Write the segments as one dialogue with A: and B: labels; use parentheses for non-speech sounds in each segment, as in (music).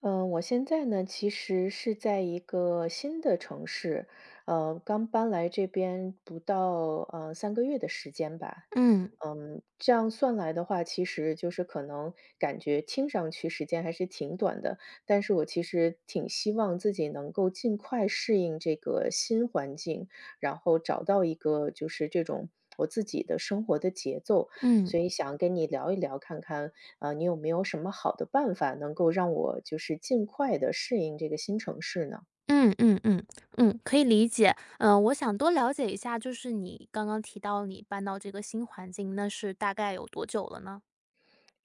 A: 我现在呢，其实是在一个新的城市，刚搬来这边不到三个月的时间吧。
B: 嗯
A: 这样算来的话，其实就是可能感觉听上去时间还是挺短的，但是我其实挺希望自己能够尽快适应这个新环境，然后找到一个就是这种我自己的生活的节奏。
B: 嗯
A: 所以想跟你聊一聊，看看你有没有什么好的办法能够让我就是尽快的适应这个新城市呢？
B: 嗯嗯嗯嗯，可以理解。嗯，我想多了解一下，就是你刚刚提到你搬到这个新环境，那是大概有多久了呢？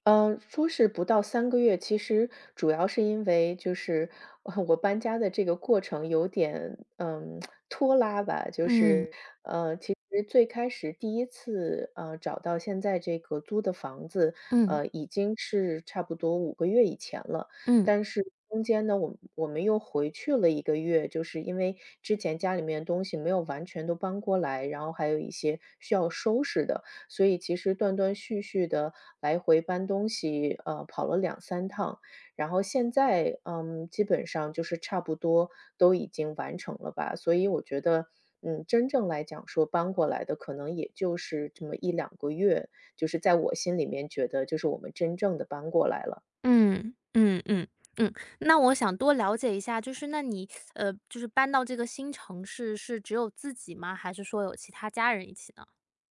A: 说是不到三个月，其实主要是因为就是 (laughs)，我搬家的这个过程有点，拖拉吧。就
B: 嗯
A: 是，其实最开始第一次，找到现在这个租的房子，
B: 嗯
A: 已经是差不多5个月以前了。
B: 嗯
A: 但是中间呢，我们又回去了一个月，就是因为之前家里面的东西没有完全都搬过来，然后还有一些需要收拾的。所以其实断断续续的来回搬东西，跑了两三趟。然后现在，基本上就是差不多都已经完成了吧。所以我觉得，真正来讲说搬过来的可能也就是这么一两个月，就是在我心里面觉得就是我们真正的搬过来了。
B: 嗯嗯嗯嗯，那我想多了解一下，就是那你就是搬到这个新城市是只有自己吗？还是说有其他家人一起呢？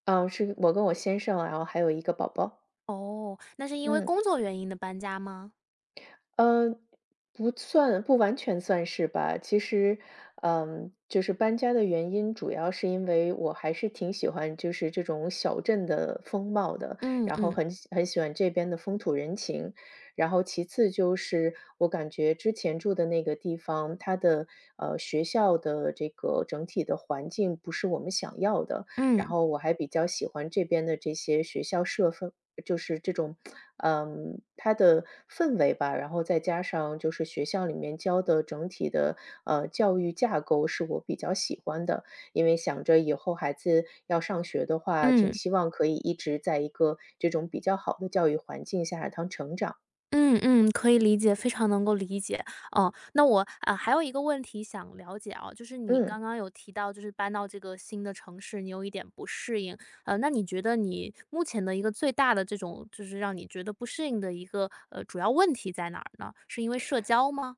A: 嗯，是我跟我先生，然后还有一个宝宝。
B: 哦，那是因为
A: 嗯。
B: 工作原因的搬家吗？
A: 嗯，不算，不完全算是吧。其实，就是搬家的原因，主要是因为我还是挺喜欢就是这种小镇的风貌的，
B: 嗯
A: 然后
B: 嗯
A: 很喜欢这边的风土人情。然后其次就是我感觉之前住的那个地方，它的，学校的这个整体的环境不是我们想要的，然
B: 嗯
A: 后我还比较喜欢这边的这些学校就是这种，它的氛围吧，然后再加上就是学校里面教的整体的教育架构是我比较喜欢的，因为想着以后孩子要上学的话，挺
B: 嗯。
A: 希望可以一直在一个这种比较好的教育环境下让他成长。
B: 嗯嗯，可以理解，非常能够理解。哦，那我啊还有一个问题想了解啊，就是你刚
A: 嗯。
B: 刚有提到，就是搬到这个新的城市，你有一点不适应。那你觉得你目前的一个最大的这种，就是让你觉得不适应的一个主要问题在哪儿呢？是因为社交吗？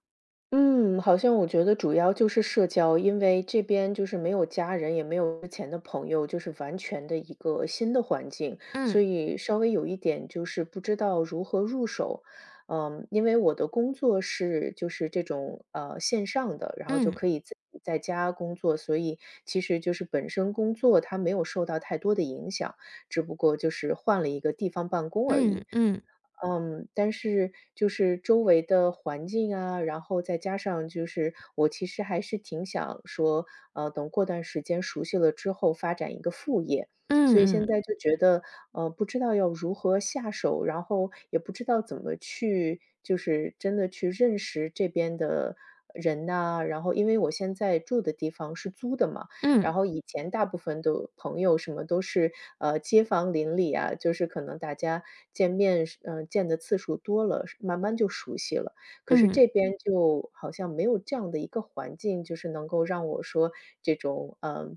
A: 嗯，好像我觉得主要就是社交，因为这边就是没有家人，也没有之前的朋友，就是完全的一个新的环境，
B: 嗯
A: 所以稍微有一点就是不知道如何入手。嗯，因为我的工作是就是这种线上的，然后就
B: 嗯
A: 可以自己在家工作，所以其实就是本身工作它没有受到太多的影响，只不过就是换了一个地方办公而已。
B: 嗯嗯
A: 嗯，但是就是周围的环境啊，然后再加上就是我其实还是挺想说，等过段时间熟悉了之后发展一个副业，
B: 嗯
A: 所以
B: 嗯
A: 现在就觉得，不知道要如何下手，然后也不知道怎么去，就是真的去认识这边的人呐、然后因为我现在住的地方是租的嘛。
B: 嗯
A: 然后以前大部分的朋友什么都是，街坊邻里啊，就是可能大家见面见的次数多了，是慢慢就熟悉了。可是
B: 嗯。
A: 这边就好像没有这样的一个环境，就是能够让我说这种，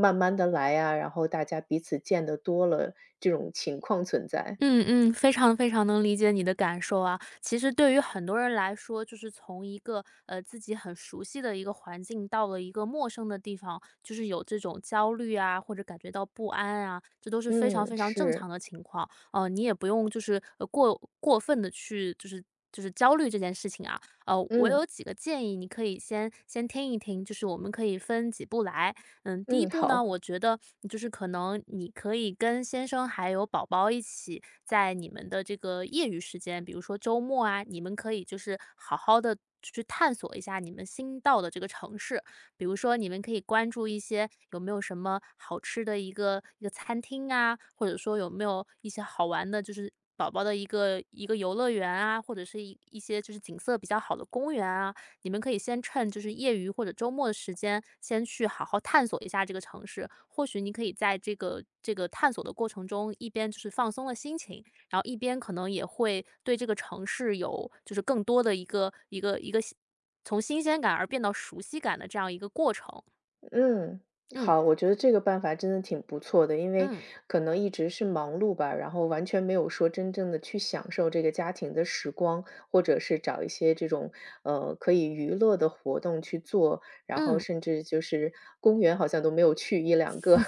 A: 慢慢的来啊，然后大家彼此见得多了，这种情况存在。
B: 嗯嗯，非常非常能理解你的感受啊。其实对于很多人来说，就是从一个自己很熟悉的一个环境，到了一个陌生的地方，就是有这种焦虑啊，或者感觉到不安啊，这都是非常
A: 嗯，
B: 非常正常
A: 是。
B: 的情况。你也不用就是过分的去就是焦虑这件事情啊。我
A: 嗯。
B: 有几个建议，你可以先听一听，就是我们可以分几步来。嗯，第一
A: 嗯，
B: 步呢，
A: 好。
B: 我觉得就是可能你可以跟先生还有宝宝一起，在你们的这个业余时间，比如说周末啊，你们可以就是好好的去探索一下你们新到的这个城市。比如说，你们可以关注一些有没有什么好吃的一个餐厅啊，或者说有没有一些好玩的，就是。宝宝的一个游乐园啊，或者是一些就是景色比较好的公园啊，你们可以先趁就是业余或者周末的时间，先去好好探索一下这个城市。或许你可以在这个探索的过程中，一边就是放松了心情，然后一边可能也会对这个城市有就是更多的一个从新鲜感而变到熟悉感的这样一个过程。
A: 嗯，
B: 嗯
A: 好，我觉得这个办法真的挺不错的，因为
B: 嗯
A: 可能一直是忙碌吧，然后完全没有说真正的去享受这个家庭的时光，或者是找一些这种可以娱乐的活动去做，然后
B: 嗯。
A: 甚至就是公园好像都没有去一两个。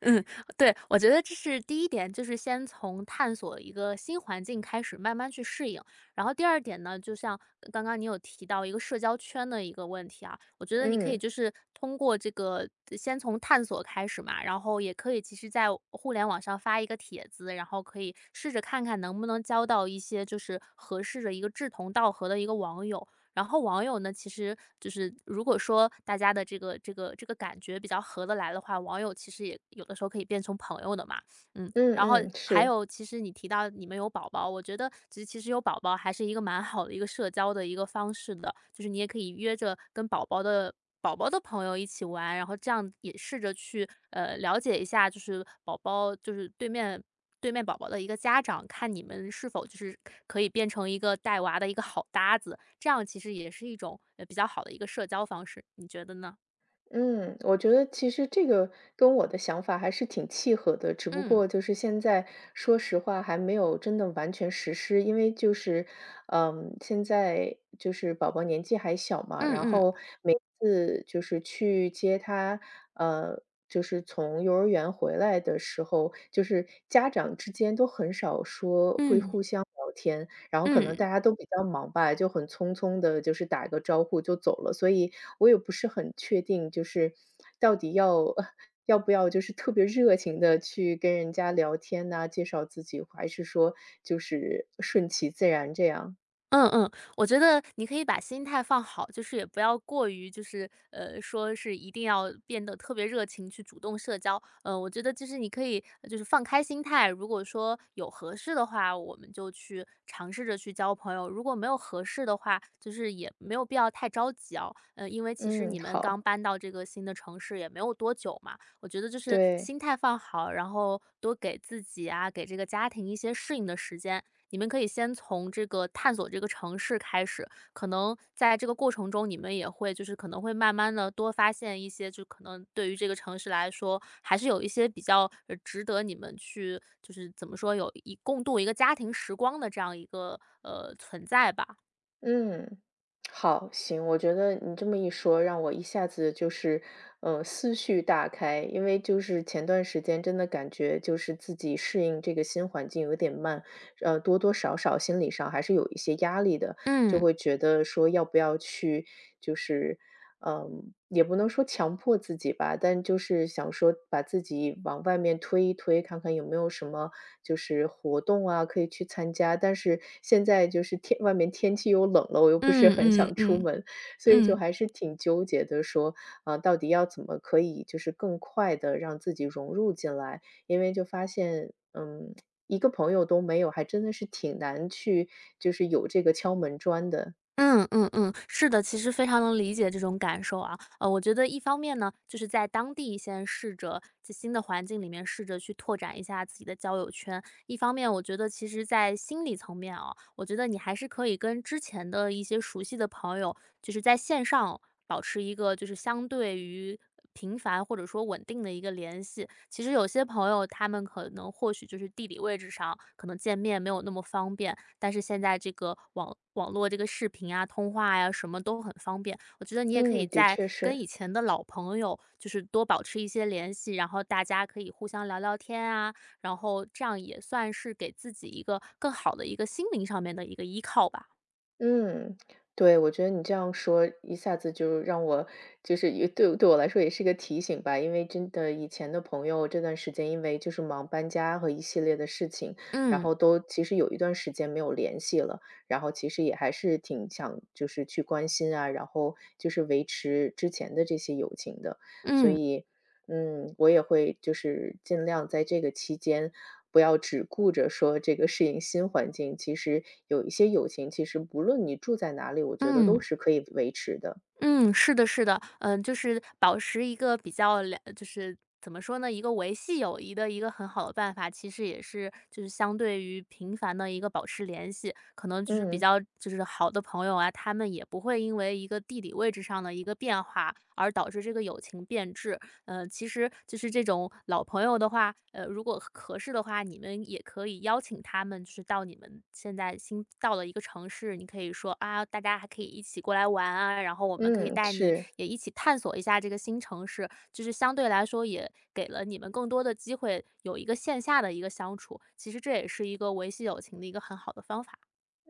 B: 嗯，对，我觉得这是第一点，就是先从探索一个新环境开始，慢慢去适应。然后第二点呢，就像刚刚你有提到一个社交圈的一个问题啊，我觉
A: (laughs)
B: 得你可以
A: 嗯
B: 就是通过这个先从探索开始嘛，然后也可以其实在互联网上发一个帖子，然后可以试着看看能不能交到一些就是合适的一个志同道合的一个网友。然后网友呢，其实就是如果说大家的这个感觉比较合得来的话，网友其实也有的时候可以变成朋友的嘛。嗯，
A: 嗯
B: 然后
A: 嗯，
B: 还
A: 是。
B: 有其实你提到你们有宝宝，我觉得其实有宝宝还是一个蛮好的一个社交的一个方式的，就是你也可以约着跟宝宝的朋友一起玩，然后这样也试着去了解一下，就是宝宝就是对面宝宝的一个家长，看你们是否就是可以变成一个带娃的一个好搭子，这样其实也是一种比较好的一个社交方式，你觉得呢？
A: 嗯，我觉得其实这个跟我的想法还是挺契合的，只不
B: 嗯
A: 过就是现在说实话还没有真的完全实施，因为就是，现在就是宝宝年纪还小嘛，
B: 嗯
A: 然
B: 嗯
A: 后每次就是去接他，呃。就是从幼儿园回来的时候，就是家长之间都很少说会
B: 嗯
A: 互相聊天，然后可能
B: 嗯，
A: 大家都比较忙吧，就很匆匆的，就是打个招呼就走了，所以我也不是很确定，就是到底要 (laughs) 要不要就是特别热情的去跟人家聊天呐，介绍自己，还是说就是顺其自然这样。
B: 嗯嗯，我觉得你可以把心态放好，就是也不要过于就是说是一定要变得特别热情去主动社交。我觉得就是你可以就是放开心态，如果说有合适的话，我们就去尝试着去交朋友；如果没有合适的话，就是也没有必要太着急哦。嗯，因为其实
A: 嗯，
B: 你们刚
A: 好，
B: 搬到这个新的城市也没有多久嘛，我觉得就是
A: 对。
B: 心态放好，然后多给自己啊，给这个家庭一些适应的时间，你们可以先从这个探索这个城市开始，可能在这个过程中，你们也会就是可能会慢慢的多发现一些，就可能对于这个城市来说，还是有一些比较值得你们去就是怎么说有一共度一个家庭时光的这样一个存在吧。
A: 嗯，好，行，我觉得你这么一说，让我一下子就是，思绪大开。因为就是前段时间真的感觉就是自己适应这个新环境有点慢，多多少少心理上还是有一些压力的，就
B: 嗯
A: 会觉得说要不要去，就是，也不能说强迫自己吧，但就是想说把自己往外面推一推，看看有没有什么就是活动啊，可以去参加。但是现在就是外面天气又冷了，我又不是
B: 嗯
A: 很
B: 嗯
A: 想出
B: 嗯
A: 门，所以就
B: 嗯。
A: 还是挺纠结的说，啊，到底要怎么可以就是更快的让自己融入进来。因为就发现，一个朋友都没有，还真的是挺难去就是有这个敲门砖的。
B: 嗯嗯嗯，是的，其实非常能理解这种感受啊。我觉得一方面呢，就是在当地先试着在新的环境里面试着去拓展一下自己的交友圈。一方面，我觉得其实在心理层面啊，我觉得你还是可以跟之前的一些熟悉的朋友，就是在线上保持一个就是相对于。频繁或者说稳定的一个联系，其实有些朋友他们可能或许就是地理位置上可能见面没有那么方便，但是现在这个网络这个视频啊、通话呀，什么都很方便。我觉得你也可以
A: 嗯，的
B: 在
A: 确
B: 跟以
A: 是。
B: 前的老朋友，就是多保持一些联系，然后大家可以互相聊聊天啊，然后这样也算是给自己一个更好的一个心灵上面的一个依靠吧。
A: 嗯，对，我觉得你这样说一下子就让我就是也对我来说也是一个提醒吧，因为真的以前的朋友这段时间因为就是忙搬家和一系列的事情，然
B: 嗯。
A: 后都其实有一段时间没有联系了，然后其实也还是挺想就是去关心啊，然后就是维持之前的这些友情的，所
B: 嗯
A: 以我也会就是尽量在这个期间，不要只顾着说这个适应新环境。其实有一些友情，其实不论你住在哪里，我觉得都
B: 嗯。
A: 是可以维持的。
B: 嗯，是的，是的，嗯，就是保持一个比较两，就是怎么说呢，一个维系友谊的一个很好的办法，其实也是就是相对于频繁的一个保持联系，可能就是比
A: 嗯
B: 较就是好的朋友啊，他们也不会因为一个地理位置上的一个变化而导致这个友情变质。其实就是这种老朋友的话，如果合适的话，你们也可以邀请他们，就是到你们现在新到了一个城市，你可以说啊，大家还可以一起过来玩啊，然后我们可以
A: 嗯，
B: 带你
A: 是。
B: 也一起探索一下这个新城市，就是相对来说也给了你们更多的机会，有一个线下的一个相处，其实这也是一个维系友情的一个很好的方法。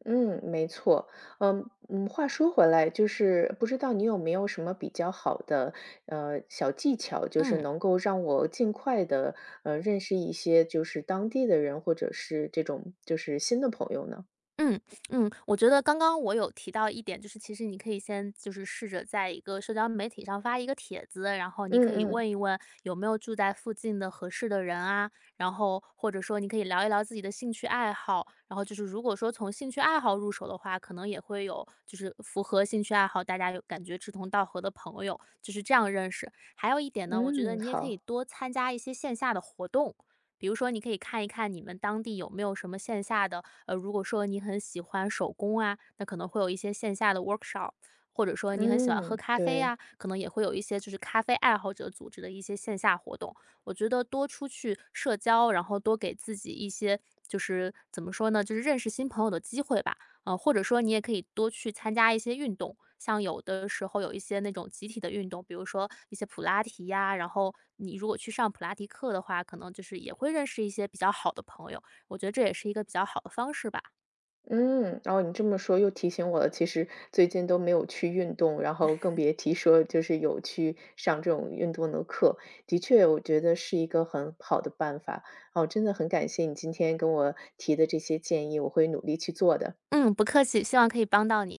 A: 嗯，没错。嗯嗯，话说回来，就是不知道你有没有什么比较好的小技巧，就是
B: 嗯。
A: 能够让我尽快的认识一些就是当地的人，或者是这种就是新的朋友呢？
B: 嗯嗯，我觉得刚刚我有提到一点，就是其实你可以先就是试着在一个社交媒体上发一个帖子，然后你
A: 嗯
B: 可以
A: 嗯
B: 问一问有没有住在附近的合适的人啊，然后或者说你可以聊一聊自己的兴趣爱好，然后就是如果说从兴趣爱好入手的话，可能也会有就是符合兴趣爱好，大家有感觉志同道合的朋友，就是这样认识。还有一点呢，我觉得
A: 嗯，
B: 你也可以
A: 好。
B: 多参加一些线下的活动。比如说，你可以看一看你们当地有没有什么线下的如果说你很喜欢手工啊，那可能会有一些线下的 workshop,或者说你很喜欢喝
A: 嗯，
B: 咖啡呀、
A: 对。
B: 可能也会有一些就是咖啡爱好者组织的一些线下活动。我觉得多出去社交，然后多给自己一些就是怎么说呢，就是认识新朋友的机会吧。或者说你也可以多去参加一些运动，像有的时候有一些那种集体的运动，比如说一些普拉提呀、然后你如果去上普拉提课的话，可能就是也会认识一些比较好的朋友。我觉得这也是一个比较好的方式吧。
A: 嗯，哦，你这么说又提醒我了，其实最近都没有去运动，然后更别提说就是有去上这种运动的课。的确，我觉得是一个很好的办法。哦，真的很感谢你今天跟我提的这些建议，我会努力去做的。
B: 嗯，不客气，希望可以帮到你。